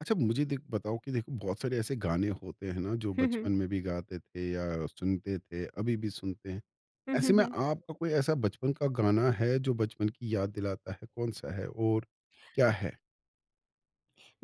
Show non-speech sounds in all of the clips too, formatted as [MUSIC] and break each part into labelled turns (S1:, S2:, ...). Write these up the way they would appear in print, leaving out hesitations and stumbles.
S1: अच्छा मुझे देख बताओ कि देखो बहुत सारे ऐसे गाने होते हैं ना, जो
S2: हुँ, हुँ।
S1: बचपन में भी गाते थे या सुनते थे अभी भी सुनते हैं।
S2: हुँ,
S1: ऐसे
S2: हुँ,
S1: में
S2: हुँ।
S1: आपका कोई ऐसा बचपन का गाना है जो बचपन की याद दिलाता है? कौन सा है और क्या है?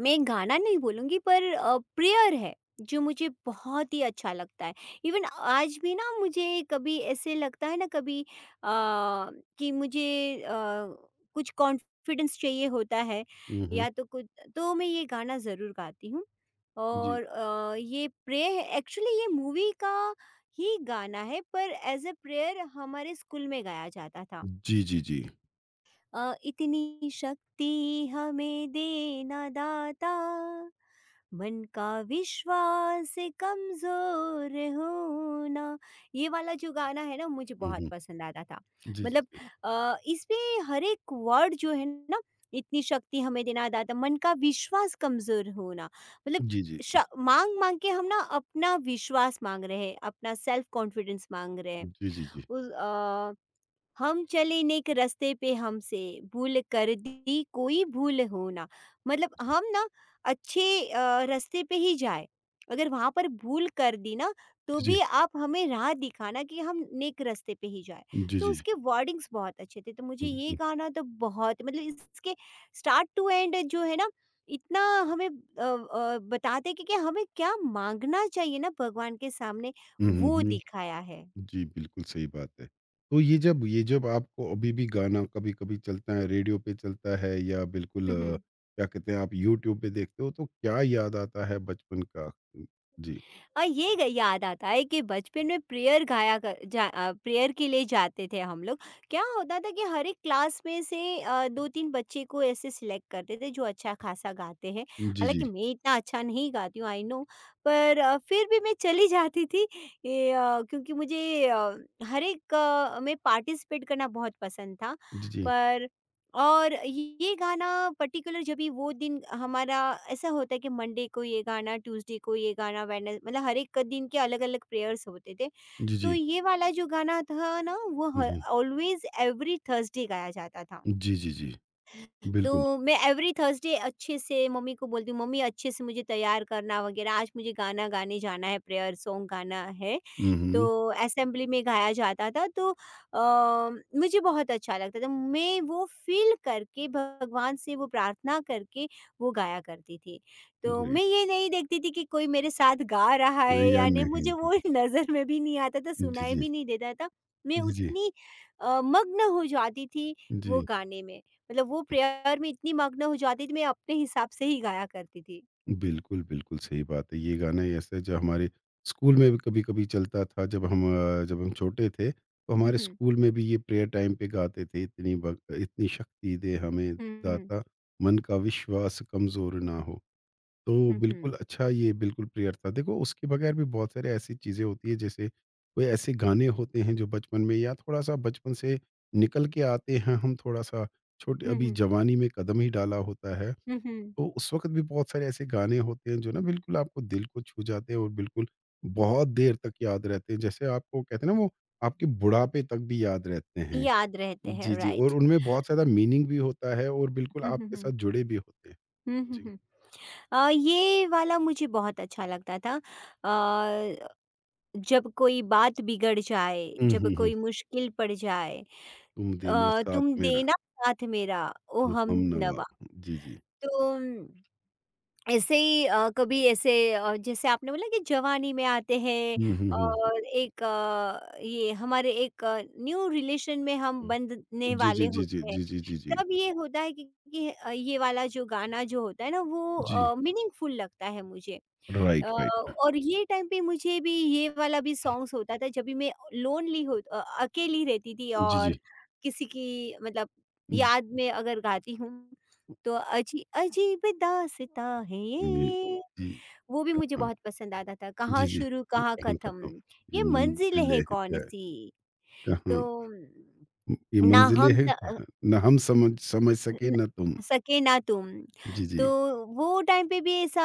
S2: मैं गाना नहीं बोलूँगी पर प्रेयर है, जो मुझे बहुत ही अच्छा लगता है। इवन आज भी ना मुझे कभी ऐसे लगता है ना कभी अ, कि मुझे अ, कुछ कॉन्फिडेंस चाहिए होता है
S1: हम्म।
S2: या तो कुछ, तो मैं ये गाना ज़रूर गाती हूँ।
S1: जी
S2: और ये प्रे एक्चुअली ये मूवी का ही गाना है पर एज़ अ प्रेयर हमारे स्कूल में गाया जाता था।
S1: जी जी जी।
S2: इतनी शक्ति हमें देना दाता, मन का विश्वास कमजोर होना, ये वाला जो गाना है ना, मुझे बहुत
S1: हम्म।
S2: पसंद आता था।
S1: जी जी
S2: मतलब
S1: जी
S2: इसमें हर एक वर्ड जो है ना, इतनी शक्ति हमें देना दाता, मन का विश्वास कमजोर होना, मतलब
S1: जी जी
S2: मांग मांग के हम ना अपना विश्वास मांग रहे हैं, अपना सेल्फ कॉन्फिडेंस मांग रहे हैं।
S1: जी जी जी जी जी
S2: हम चले नेक रास्ते पे, हमसे भूल कर दी कोई भूल हो ना, मतलब हम ना अच्छे रास्ते पे ही जाए, अगर वहाँ पर भूल कर दी ना तो
S1: जी
S2: भी आप हमें राह दिखाना कि हम नेक रास्ते पे ही जाए।
S1: जी
S2: तो
S1: जी जी,
S2: उसके वर्डिंग्स बहुत अच्छे थे, तो मुझे ये गाना तो बहुत, मतलब इसके स्टार्ट टू एंड जो है ना, इतना हमें बताते कि, हमें क्या मांगना चाहिए ना भगवान के सामने, वो
S1: बिल्कुल।
S2: दिखाया है।
S1: जी, बिल्कुल सही बात है। तो ये जब आपको अभी भी गाना कभी-कभी चलता है, रेडियो पे चलता है या बिल्कुल
S2: हम्म।
S1: क्या कहते हैं, आप यूट्यूब पे देखते हो, तो क्या याद आता है बचपन का? हुँ, जी।
S2: और ये याद आता है कि बचपन में प्रेयर गाया प्रेयर के लिए जाते थे हम लोग। क्या होता था कि हर एक क्लास में से दो तीन बच्चे को ऐसे सिलेक्ट करते थे जो अच्छा खासा गाते हैं।
S1: जी, जी।
S2: हालांकि मैं इतना अच्छा नहीं गाती हूँ आई नो, पर फिर भी मैं चली जाती थी ये, क्योंकि मुझे हर एक में पार्टिसिपेट करना बहुत पसंद था।
S1: जी, जी।
S2: पर और ये गाना पर्टिकुलर, जब भी वो दिन हमारा ऐसा होता है कि मंडे को ये गाना, ट्यूसडे को ये गाना, वेडनेस, मतलब हर एक दिन के अलग अलग प्रेयर्स होते थे।
S1: जी,
S2: तो
S1: जी।
S2: ये वाला जो गाना था ना, वो
S1: हुँ, हुँ।
S2: ऑलवेज एवरी थर्सडे गाया जाता था।
S1: जी, जी, जी।
S2: तो
S1: बिल्कुल।
S2: मैं एवरी थर्सडे अच्छे से मम्मी को बोलती हूँ, मम्मी अच्छे से मुझे तैयार करना वगैरह, आज मुझे गाना गाने जाना है, प्रेयर सॉन्ग गाना है।
S1: हुँ,
S2: तो
S1: हुँ।
S2: असेंबली में गाया जाता था, तो अ, मुझे बहुत अच्छा लगता था। मैं वो फील करके, भगवान से वो प्रार्थना करके वो गाया करती थी। तो
S1: ग्रेट।
S2: मैं ये नहीं देखती थी कि कोई मेरे साथ गा रहा है
S1: या
S2: या नहीं,
S1: नहीं।
S2: मुझे
S1: जी,
S2: वो
S1: जी।
S2: [LAUGHS] नज़र में भी नहीं आता था,
S1: जी,
S2: सुनाई
S1: जी।
S2: भी नहीं देता था। मैं
S1: जी, जी।
S2: उतनी मग्न हो जाती थी वो
S1: जी।
S2: गाने में, मतलब वो प्रेयर में इतनी मग्न हो जाती थी, मैं अपने हिसाब से ही गाया करती थी।
S1: बिल्कुल, बिल्कुल सही बात है। ये गाना ऐसा है जो हमारे स्कूल में भी कभी-कभी चलता था, जब हम जब हम छोटे थे, तो
S2: हुँ,
S1: हमारे
S2: हुँ।
S1: स्कूल में भी ये प्रेयर टाइम पे गाते थे, इतनी ब इतनी शक्ति दे हमें
S2: हुँ, हुँ,
S1: दाता, मन का विश्वास कमज़ोर ना हो। तो
S2: हुँ,
S1: बिल्कुल अच्छा, ये बिल्कुल प्रेयर था। देखो उसके बगैर भी बहुत सारी ऐसी चीज़ें होती हैं, जैसे कोई ऐसे गाने होते हैं जो बचपन में या थोड़ा-सा बचपन से निकल के आते हैं, हम थोड़ा-सा छोटे
S2: हुँ,
S1: अभी
S2: हुँ,
S1: जवानी में कदम ही डाला होता है।
S2: हुँ, हुँ।
S1: तो उस वक़्त भी बहुत सारे ऐसे गाने होते हैं जो ना बिल्कुल आपको दिल को छू जाते हैं और बिल्कुल बहुत देर तक याद रहते हैं। जैसे आपको कहते हैं ना, वो आपके बुढ़ापे तक भी याद रहते हैं।
S2: याद रहते
S1: जी,
S2: हैं,
S1: जी, और
S2: राइट।
S1: उनमें बहुत ज़्यादा मीनिंग भी होता है और बिल्कुल
S2: हुँ, हुँ,
S1: आपके साथ
S2: हुँ।
S1: जुड़े भी होते हैं।
S2: हुँ, हुँ,
S1: जी।
S2: हुँ। ये वाला मुझे बहुत अच्छा लगता था। अ, जब कोई बात बिगड़ जाए,
S1: हुँ,
S2: जब
S1: हुँ, हुँ।
S2: कोई मुश्किल पड़ जाए,
S1: तुम देना साथ
S2: तुम
S1: मेरा,
S2: देना साथ मेरा, ओ
S1: वो हमनवा।
S2: हमनवा।
S1: जी, जी।
S2: तो ऐसे ही कभी ऐसे, जैसे आपने बोला कि जवानी में आते हैं
S1: हुँ, हुँ, हुँ,
S2: और एक ये हमारे एक न्यू रिलेशन में हम
S1: हुँ।
S2: बंधने
S1: जी, जी,
S2: वाले
S1: जी, जी,
S2: होते हैं,
S1: जी, जी, जी, जी।
S2: तब ये होता है कि, ये वाला जो गाना जो होता है ना,
S1: जी,
S2: वो मीनिंगफुल लगता है मुझे। अ,
S1: राइट, राइट।
S2: और ये टाइम पे मुझे भी ये वाला भी सॉन्ग्स होता था। जब भी मैं लोनली हो, अकेली रहती थी
S1: जी,
S2: और
S1: जी।
S2: किसी की, मतलब
S1: हुँ,
S2: याद में अगर गाती हूँ तो अजीब दास्तां है
S1: जी,
S2: ये,
S1: जी।
S2: वो भी मुझे
S1: कहाँ।
S2: बहुत पसंद आता था। कहाँ
S1: जी, जी।
S2: शुरू कहाँ
S1: काम खत्म।
S2: खत्म,
S1: ये
S2: ये मंजिल
S1: मंज़िलें
S2: है
S1: हैं
S2: कौन
S1: क्या?
S2: सी,
S1: कहाँ
S2: तो
S1: ये
S2: ना
S1: मंज़िलें
S2: हम,
S1: हैं? ना हम समझ समझ सके
S2: न
S1: ना तुम।
S2: सके ना तुम।
S1: जी,
S2: तो
S1: जी।
S2: वो टाइम पे भी ऐसा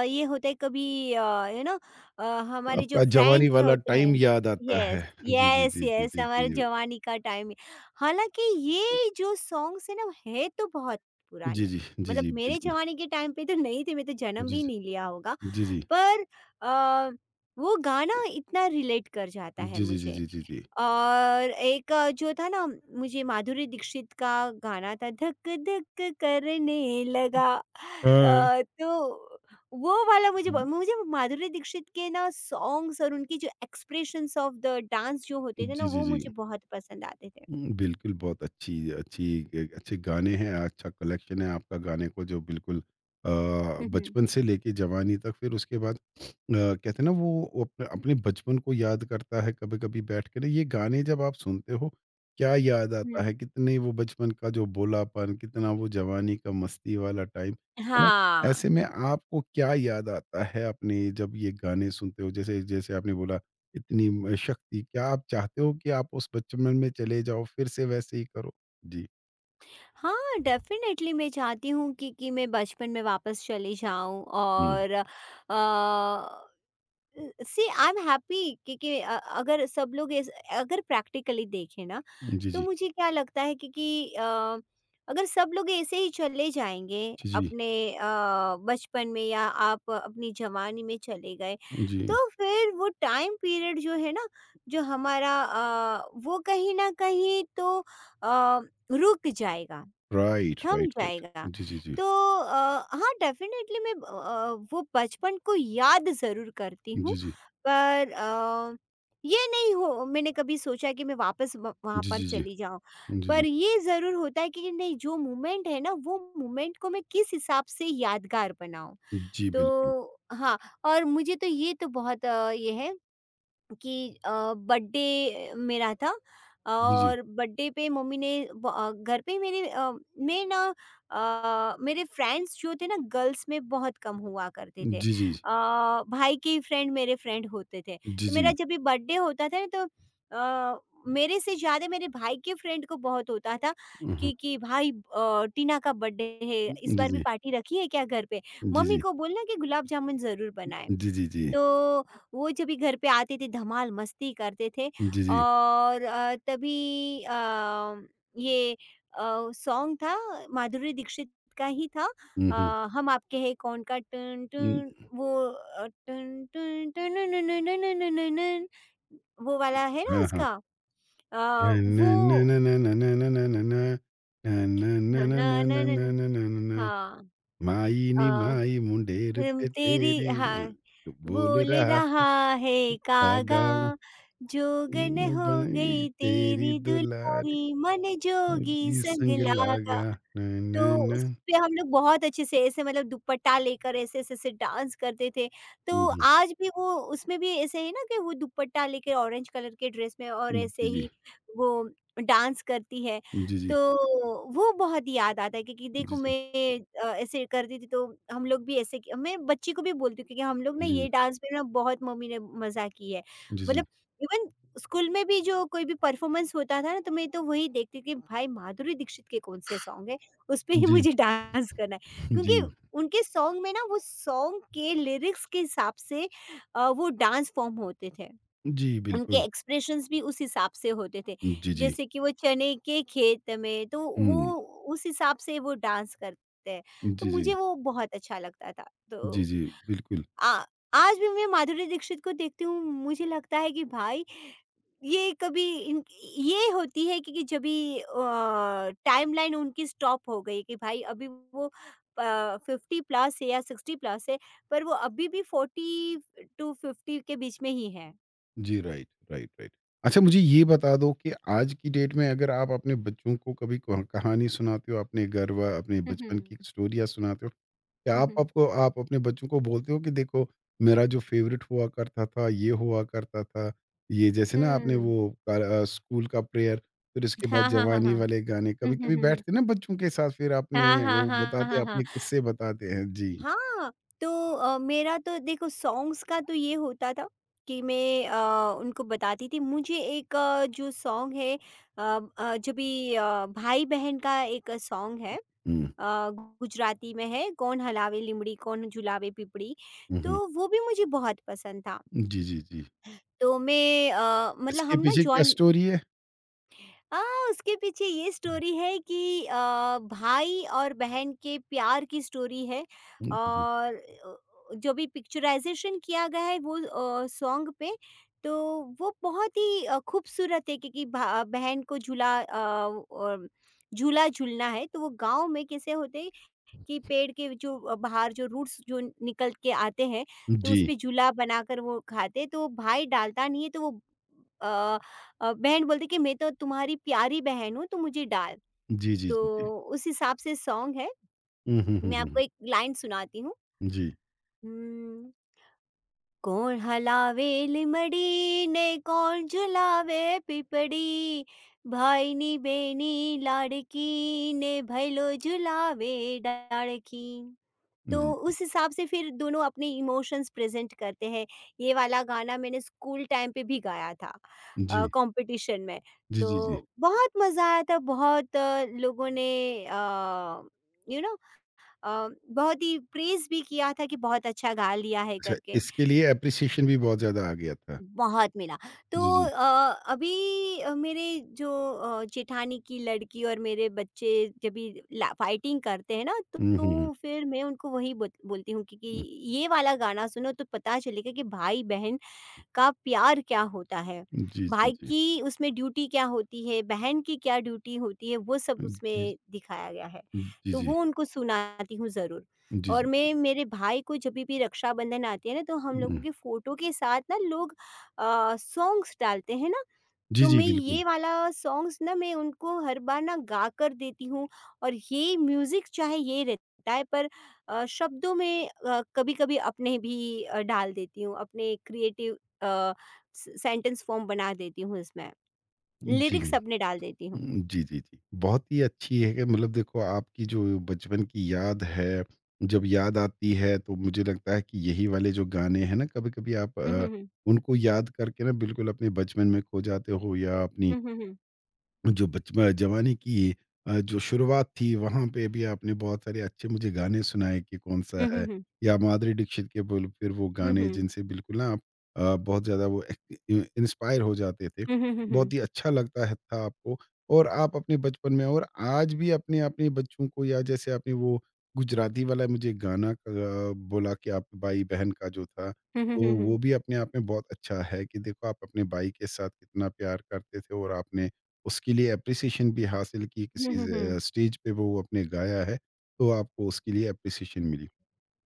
S2: ये होता है कभी, यू नो अ, हमारे जो
S1: आपका जवानी
S2: फ्रेंड्स
S1: वाला
S2: होते हैं,
S1: टाइम याद आता है।
S2: यस,
S1: जी, जी,
S2: यस,
S1: जी, जी,
S2: यस,
S1: जी,
S2: हमारे
S1: जी।
S2: जवानी का टाइम है। हालाँकि ये जो सॉन्ग्स है ना, है तो बहुत
S1: जी,
S2: पुराने।
S1: जी, जी,
S2: मतलब
S1: जी,
S2: मेरे
S1: बिल्कुल।
S2: जवानी के टाइम पे तो नहीं थे, मैं तो जन्म
S1: जी,
S2: भी
S1: जी।
S2: नहीं लिया होगा।
S1: जी, जी।
S2: पर अ, वो गाना इतना रिलेट कर जाता है
S1: जी, जी, जी,
S2: मुझे।
S1: जी, जी, जी।
S2: और एक जो था ना, मुझे माधुरी दीक्षित का गाना था, धक धक करने लगा,
S1: हाँ।
S2: तो वो वाला, मुझे मुझे माधुरी दीक्षित के ना सॉन्ग्स और उनकी जो एक्सप्रेशंस ऑफ द डांस जो होते थे ना,
S1: जी, जी,
S2: वो
S1: जी।
S2: मुझे बहुत पसंद आते थे।
S1: हुँ, बिल्कुल, बहुत अच्छी अच्छी ए अच्छे गाने हैं, अच्छा कलेक्शन है आपका गाने को जो बिल्कुल अ,
S2: [LAUGHS] हम्म।
S1: बचपन से लेके जवानी तक, फिर उसके बाद कहते हैं ना वो अपने अपने बचपन को याद करता है कभी-कभी बैठ के ना, ये गाने जब आप सुनते हो, क्या याद आता
S2: हम्म।
S1: है? कितने वो बचपन का जो भोलापन, कितना वो जवानी का मस्ती वाला टाइम, है ना?
S2: हाँ।
S1: ऐसे में आपको क्या याद आता है अपने, जब ये गाने सुनते हो? जैसे जैसे आपने बोला, इतनी म शक्ति, क्या आप चाहते हो कि आप उस बचपन में चले जाओ, फिर से वैसे ही करो? जी।
S2: हाँ, डेफिनेटली मैं चाहती हूँ कि मैं बचपन में वापस चली जाऊँ
S1: हुँ।
S2: और अ, सी आई एम हैप्पी, क्योंकि अगर सब लोग अगर प्रैक्टिकली देखें ना,
S1: जी,
S2: तो
S1: जी।
S2: मुझे क्या लगता है क्योंकि अ, अगर सब लोग ऐसे ही चले जाएंगे
S1: जी, जी।
S2: अपने अ, बचपन में, या आप अपनी जवानी में चले गए,
S1: जी।
S2: तो फिर वो टाइम पीरियड जो है ना, जो हमारा वो कहीं ना कहीं तो अ, रुक जाएगा,
S1: राइट,
S2: थम
S1: राइट, राइट।
S2: जाएगा।
S1: जी, जी, जी।
S2: तो हाँ, डेफ़िनेटली मैं वो बचपन को याद ज़रूर करती हूँ,
S1: जी, जी।
S2: पर ये नहीं हो मैंने कभी सोचा कि मैं वापस व वहाँ
S1: जी,
S2: पर
S1: जी, जी।
S2: चली जाऊँ।
S1: जी, जी।
S2: पर ये ज़रूर होता है कि नहीं जो मोमेंट है ना, वो मोमेंट को मैं किस हिसाब से यादगार बनाऊँ।
S1: जी, बिल्कुल।
S2: तो हाँ, और मुझे तो ये तो बहुत ये है कि बर्थडे मेरा था
S1: जी, जी।
S2: और बर्थडे पे मम्मी ने घर पे मेरे मैं ना मेरे फ्रेंड्स जो थे ना, गर्ल्स में बहुत कम हुआ करते थे,
S1: जी, जी।
S2: भाई के ही फ्रेंड मेरे फ्रेंड होते थे।
S1: जी,
S2: तो
S1: जी।
S2: मेरा जब भी बर्थडे होता था ना, तो अ, मेरे से ज़्यादा मेरे भाई के फ्रेंड को बहुत होता था
S1: हुँ, हुँ।
S2: कि भाई टीना का बर्थडे है, इस
S1: जी,
S2: बार भी
S1: जी।
S2: पार्टी रखी है क्या घर पे,
S1: जी,
S2: मम्मी
S1: जी।
S2: को बोलना कि गुलाब जामुन ज़रूर बनाए।
S1: जी, जी, जी।
S2: तो वो जब भी घर पे आते थे, धमाल मस्ती करते थे।
S1: जी, जी।
S2: और तभी ये सॉन्ग था, माधुरी दीक्षित का ही था,
S1: हुँ, हुँ।
S2: हम आपके हैं कौन का टन टन,
S1: हुँ,
S2: वो टन टन टन नन नन नन नन नन नन नन, वो वाला है ना
S1: हाँ, हाँ।
S2: उसका। अ,
S1: ना ना
S2: वो
S1: ना ना ना ना ना ना ना ना ना
S2: न
S1: ना
S2: न
S1: ना ना ना
S2: न
S1: ना ना ना
S2: न-
S1: ना ना ना। माई नी
S2: हाँ,
S1: माई मुंडेर
S2: अम,
S1: पे
S2: तेरी
S1: तेरे म
S2: हाँ
S1: बोल
S2: बोल
S1: रहा
S2: रहा है
S1: धागा,
S2: कागा, जोगन
S1: न
S2: हो
S1: बन गई
S2: गई
S1: तेरी
S2: तेरी
S1: दुलारी,
S2: दुलारी, मन जोगी
S1: होगी
S2: संग
S1: संग
S2: लागा।
S1: लागा। न न
S2: तो उस
S1: न।
S2: पे हम लोग बहुत अच्छे से, ऐसे मतलब दुपट्टा लेकर ऐसे ऐसे ऐसे डांस करते थे।
S1: हुँ,
S2: तो
S1: हुँ।
S2: आज भी वो, उसमें भी ऐसे ही ना कि वो दुपट्टा लेके ऑरेंज कलर के ड्रेस में और ऐसे
S1: जी, जी।
S2: ही वो डांस करती है।
S1: जी, जी।
S2: तो वो बहुत याद आता है, क्योंकि
S1: जी,
S2: देखो
S1: जी।
S2: मैं ऐसे करती थी तो हम लोग भी ऐसे। कि मैं बच्ची को भी बोलती हूँ क्योंकि हम लोग ना
S1: जी,
S2: ये डांस में ना बहुत मम्मी ने मज़ा की है।
S1: जी, जी।
S2: मतलब इवन स्कूल में भी जो कोई भी परफॉर्मेंस होता था ना, तो मैं तो वही देखती कि भाई माधुरी दीक्षित के कौन से सॉन्ग है, उसपे ही
S1: जी,
S2: मुझे [LAUGHS] डांस करना है।
S1: जी।
S2: क्योंकि उनके सॉन्ग में ना, वो सॉन्ग के लिरिक्स के हिसाब से वो डांस फॉर्म होते थे।
S1: जी,
S2: उनके
S1: बिल्कुल।
S2: एक्सप्रेशंस भी उस हिसाब से होते थे।
S1: जी, जी।
S2: जैसे कि वो चने के खेत में, तो वो
S1: हुँ।
S2: उस हिसाब से वो डांस करते हैं। तो
S1: जी, जी।
S2: मुझे वो बहुत अच्छा लगता था।
S1: जी,
S2: तो
S1: जी। बिल्कुल।
S2: आ आज भी मैं माधुरी दीक्षित को देखती हूँ, मुझे लगता है कि भाई ये कभी इन ये होती है कि जभी अ, टाइमलाइन उनकी स्टॉप हो गई कि भाई अभी वो 50 प्लस है या 60 प्लस है, पर वो अभी भी 40 टू 50 के बीच में ही है।
S1: जी, राइट, राइट, राइट। अच्छा मुझे ये बता दो कि आज की डेट में, अगर आप अपने बच्चों को कभी कह कहानी सुनाते हो, अपने घर व अपने
S2: हुँ,
S1: बचपन की
S2: हुँ।
S1: स्टोरियाँ सुनाते हो, क्या
S2: हुँ,
S1: आप
S2: हुँ।
S1: आपको आप अपने बच्चों को बोलते हो कि देखो मेरा जो फ़ेवरेट हुआ करता था, ये हुआ करता था, ये जैसे ना आपने
S2: हुँ।
S1: वो स्कूल का प्रेयर, फिर उसके बाद
S2: हाँ, हाँ, हाँ,
S1: जवानी
S2: हाँ।
S1: वाले गाने,
S2: [LAUGHS] हुँ, हुँ,
S1: कभी-कभी
S2: हुँ, हुँ।
S1: बैठते ना बच्चों के साथ, फिर
S2: हाँ,
S1: आपने
S2: हाँ,
S1: वो
S2: हाँ,
S1: बताते
S2: हाँ, हाँ।
S1: अपने किस्से बताते हैं। जी।
S2: हाँ, तो मेरा तो देखो सॉन्ग्स का तो ये होता था कि मैं उनको बताती थी, मुझे एक जो सॉन्ग है अ जो भी भाई-बहन का एक सॉन्ग है,
S1: हुँ,
S2: गुजराती में है, कौन हलावे लीमड़ी कौन झुलावे पिपड़ी,
S1: हुँ, हुँ।
S2: तो वो भी मुझे बहुत पसंद था।
S1: जी, जी, जी।
S2: तो मैं मतलब
S1: इसके
S2: हम ना
S1: पीछे क्या
S2: जॉइंट,
S1: स्टोरी है?
S2: आ, उसके पीछे ये
S1: हुँ,
S2: स्टोरी है कि आ, भाई और बहन के प्यार की स्टोरी है
S1: हुँ, जी, जी।
S2: और जो भी पिक्चराइजेशन किया गया है वो सॉन्ग पे, तो वो बहुत ही खूबसूरत है, क्योंकि बहन को झूला, और झूला झूलना है तो वो गांव में कैसे होते कि पेड़ के जो बाहर जो रूट्स जो निकल के आते हैं, तो
S1: जी।
S2: उसपे झूला बनाकर वो खाते, तो भाई डालता नहीं है, तो वो अ बहन बोलती कि मैं तो तुम्हारी प्यारी बहन हूँ, तो मुझे डाल।
S1: जी, जी, जी, जी।
S2: तो उस हिसाब से सॉन्ग है।
S1: हुँ, हुँ, हुँ, हुँ,
S2: मैं आपको
S1: हुँ।
S2: एक लाइन सुनाती हूँ।
S1: जी,
S2: उम्म, कौन हलावे लीमड़ी ने कौन झुलावे पिपड़ी, भाई नी बहनी लाड़की ने भैलो झुलावे डाड़की।
S1: जी,
S2: तो
S1: जी।
S2: उस हिसाब से फिर दोनों अपने इमोशंस प्रेज़ेंट करते हैं। ये वाला गाना मैंने स्कूल टाइम पे भी गाया था, कॉम्पिटिशन में।
S1: जी, जी, जी।
S2: तो बहुत मज़ा आया था, बहुत, लोगों ने अ, यू नो, बहुत ही प्रेज़ भी किया था कि बहुत अच्छा गा लिया है
S1: अच्छा,
S2: करके।
S1: इसके लिए एप्रिसिएशन भी बहुत ज़्यादा आ गया था।
S2: बहुत मिला। तो
S1: जी, जी।
S2: अभी मेरे जो जेठानी की लड़की और मेरे बच्चे जब भी ला फाइटिंग करते हैं ना, तो
S1: हुँ, हुँ, हुँ,
S2: तो फिर मैं उनको वही बोल बोलती हूँ कि,
S1: हुँ।
S2: ये वाला गाना सुनो तो पता चलेगा कि भाई-बहन का प्यार क्या होता है,
S1: जी, जी,
S2: भाई
S1: जी।
S2: की उसमें ड्यूटी क्या होती है, बहन की क्या ड्यूटी होती है, वो सब
S1: जी, जी,
S2: उसमें दिखाया गया है। तो
S1: जी।
S2: वो उनको सुनाती हूँ ज़रूर।
S1: जी,
S2: और
S1: जी, जी।
S2: मैं मेरे भाई को जब भी रक्षाबंधन आती है ना, तो हम
S1: हुँ।
S2: लोगों की फ़ोटो के साथ ना लोग सॉन्ग्स डालते हैं ना,
S1: जी,
S2: तो
S1: जी,
S2: मैं
S1: बिल्कुल।
S2: ये वाला सॉन्ग्स ना मैं उनको हर बार ना गा कर देती हूँ। और ये म्यूज़िक चाहे ये रहता है पर शब्दों में कभी-कभी अपने भी डाल देती हूँ, अपने क्रिएटिव स सेंटेंस फॉर्म बना देती हूँ इसमें,
S1: जी।
S2: लिरिक्स अपने डाल देती हूँ।
S1: उम, जी, जी, जी। बहुत ही अच्छी है कि, मतलब देखो, आपकी जो बचपन की याद है, जब याद आती है तो मुझे लगता है कि यही वाले जो गाने हैं ना, कभी-कभी आप
S2: हुँ, हुँ, हुँ।
S1: उनको याद करके ना बिल्कुल अपने बचपन में खो जाते हो, या अपनी
S2: हुँ, हुँ, हुँ।
S1: जो बचपन जवानी की जो शुरुआत थी वहाँ पे भी आपने बहुत सारे अच्छे मुझे गाने सुनाए कि कौन सा
S2: हुँ, हुँ,
S1: है,
S2: हुँ।
S1: या माधुरी दीक्षित के बोल, फिर वो
S2: हुँ,
S1: गाने
S2: हुँ।
S1: जिनसे बिल्कुल ना आप बहुत ज़्यादा वो इंस्पायर हो जाते थे।
S2: हुँ, हुँ, हुँ,
S1: बहुत
S2: हुँ।
S1: ही अच्छा लगता है था आपको, और आप अपने बचपन में और आज भी अपने अपने बच्चों को, या जैसे आपने वो गुजराती वाला मुझे गाना का बोला कि आप भाई बहन का जो था,
S2: हुँ, हुँ,
S1: तो
S2: हुँ,
S1: वो
S2: हुँ।
S1: भी अपने आप में बहुत अच्छा है कि देखो आप अपने भाई के साथ कितना प्यार करते थे, और आपने उसके लिए एप्रिसिएशन भी हासिल की,
S2: हुँ,
S1: किसी
S2: हुँ, हुँ।
S1: स्टेज पे वो आपने गाया है, तो आपको उसके लिए एप्रिसिएशन मिली।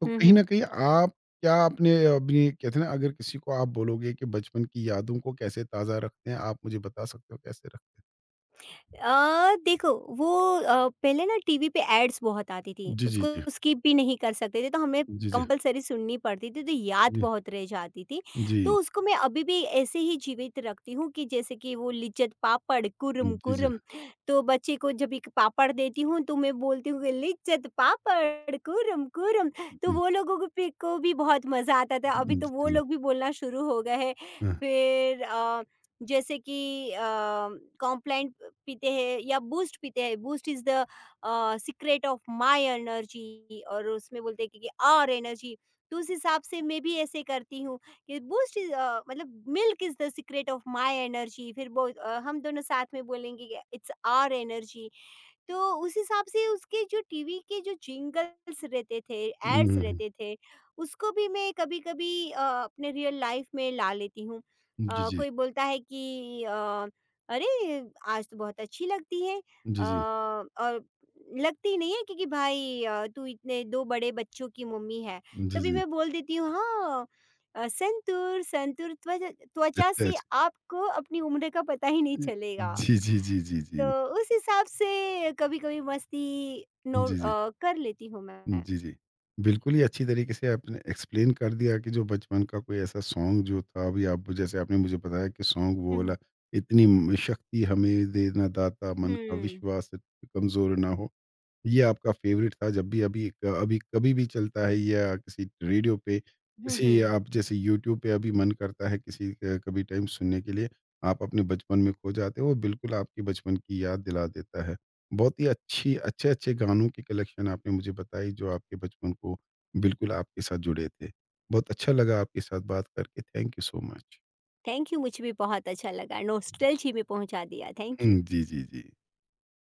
S1: तो
S2: हुँ,
S1: कहीं ना
S2: हुँ।
S1: कहीं आप, क्या आपने अपनी, कहते हैं ना, अगर किसी को आप बोलोगे कि बचपन की यादों को कैसे ताज़ा रखते हैं आप, मुझे बता सकते हो कैसे रखते हैं?
S2: देखो वो पहले ना टीवी पे एड्स बहुत आती थी,
S1: जी जी
S2: उसको
S1: जी
S2: स्किप भी नहीं कर सकते थे, तो हमें
S1: जी जी
S2: कंपल्सरी सुननी पड़ती थी, तो याद बहुत रह जाती थी।
S1: जी
S2: तो उसको मैं अभी भी ऐसे ही जीवित रखती हूँ कि जैसे कि वो लिज्जत पापड़,
S1: जी
S2: कुरम
S1: जी जी।
S2: कुरम, तो बच्चे को जब एक पापड़ देती हूँ, तो मैं बोलती हूँ कि लिज्जत पापड़, कुरम कुरम, तो
S1: हम्म,
S2: वो लोगों को पे को भी बहुत मज़ा आता था। अभी
S1: जी
S2: तो वो
S1: जी।
S2: लोग भी बोलना शुरू हो गए हैं।
S1: हाँ,
S2: फिर जैसे कि कॉम्प्लान पीते हैं या बूस्ट पीते हैं, Boost is the secret of my energy, और उसमें बोलते हैं कि और एनर्जी, तो उस हिसाब से मैं भी ऐसे करती हूँ कि बूस्ट इज़, मतलब milk is the secret of my energy, फिर वो हम दोनों साथ में बोलेंगे कि इट्स आवर एनर्जी। तो उस हिसाब से उसके जो टीवी के जो जिंगल्स रहते थे, एड्स
S1: हम्म,
S2: रहते थे, उसको भी मैं कभी-कभी अपने रियल लाइफ में ला लेती हूँ।
S1: जी जी
S2: कोई बोलता है कि "अरे! आज तो बहुत अच्छी लगती है।"
S1: जी जी
S2: और लगती नहीं है, क्योंकि भाई तू इतने 2 बड़े बच्चों की मम्मी है।
S1: जी
S2: तभी
S1: जी।
S2: मैं बोल देती हूँ, "हाँ, संतूर संतूर त्वज त्वचा
S1: अच्छा
S2: से
S1: अच्छा,
S2: आपको अपनी उम्र का पता ही नहीं चलेगा।"
S1: जी जी जी जी जी।
S2: तो उस हिसाब से कभी-कभी मस्ती
S1: जी जी
S2: कर लेती हूँ मैं।
S1: जी जी, बिल्कुल ही अच्छी तरीके से आपने एक्सप्लेन कर दिया कि जो बचपन का कोई ऐसा सॉन्ग जो था, अभी आप जैसे आपने मुझे बताया कि सॉन्ग वो वाला
S2: हुँ,
S1: इतनी शक्ति हमें देना दाता, मन का
S2: हुँ।
S1: विश्वास कमज़ोर ना हो। ये आपका फ़ेवरेट था। जब भी अभी कभी भी चलता है या किसी रेडियो पे,
S2: हुँ,
S1: किसी
S2: हुँ।
S1: आप जैसे यूट्यूब पे अभी मन करता है, किसी कभी टाइम सुनने के लिए, आप अपने बचपन में खो जाते हो, वो बिल्कुल आपकी बचपन की याद दिला देता है। बहुत ही अच्छी अच्छे-अच्छे गानों की कलेक्शन आपने मुझे बताई जो आपके बचपन को बिल्कुल आपके साथ जुड़े थे। बहुत अच्छा लगा आपके साथ बात करके, thank you so much.
S2: Thank you, मुझे भी बहुत अच्छा लगा, नॉस्टैल्जी में पहुँचा दिया, thank you.
S1: Hmm, ji, ji, ji.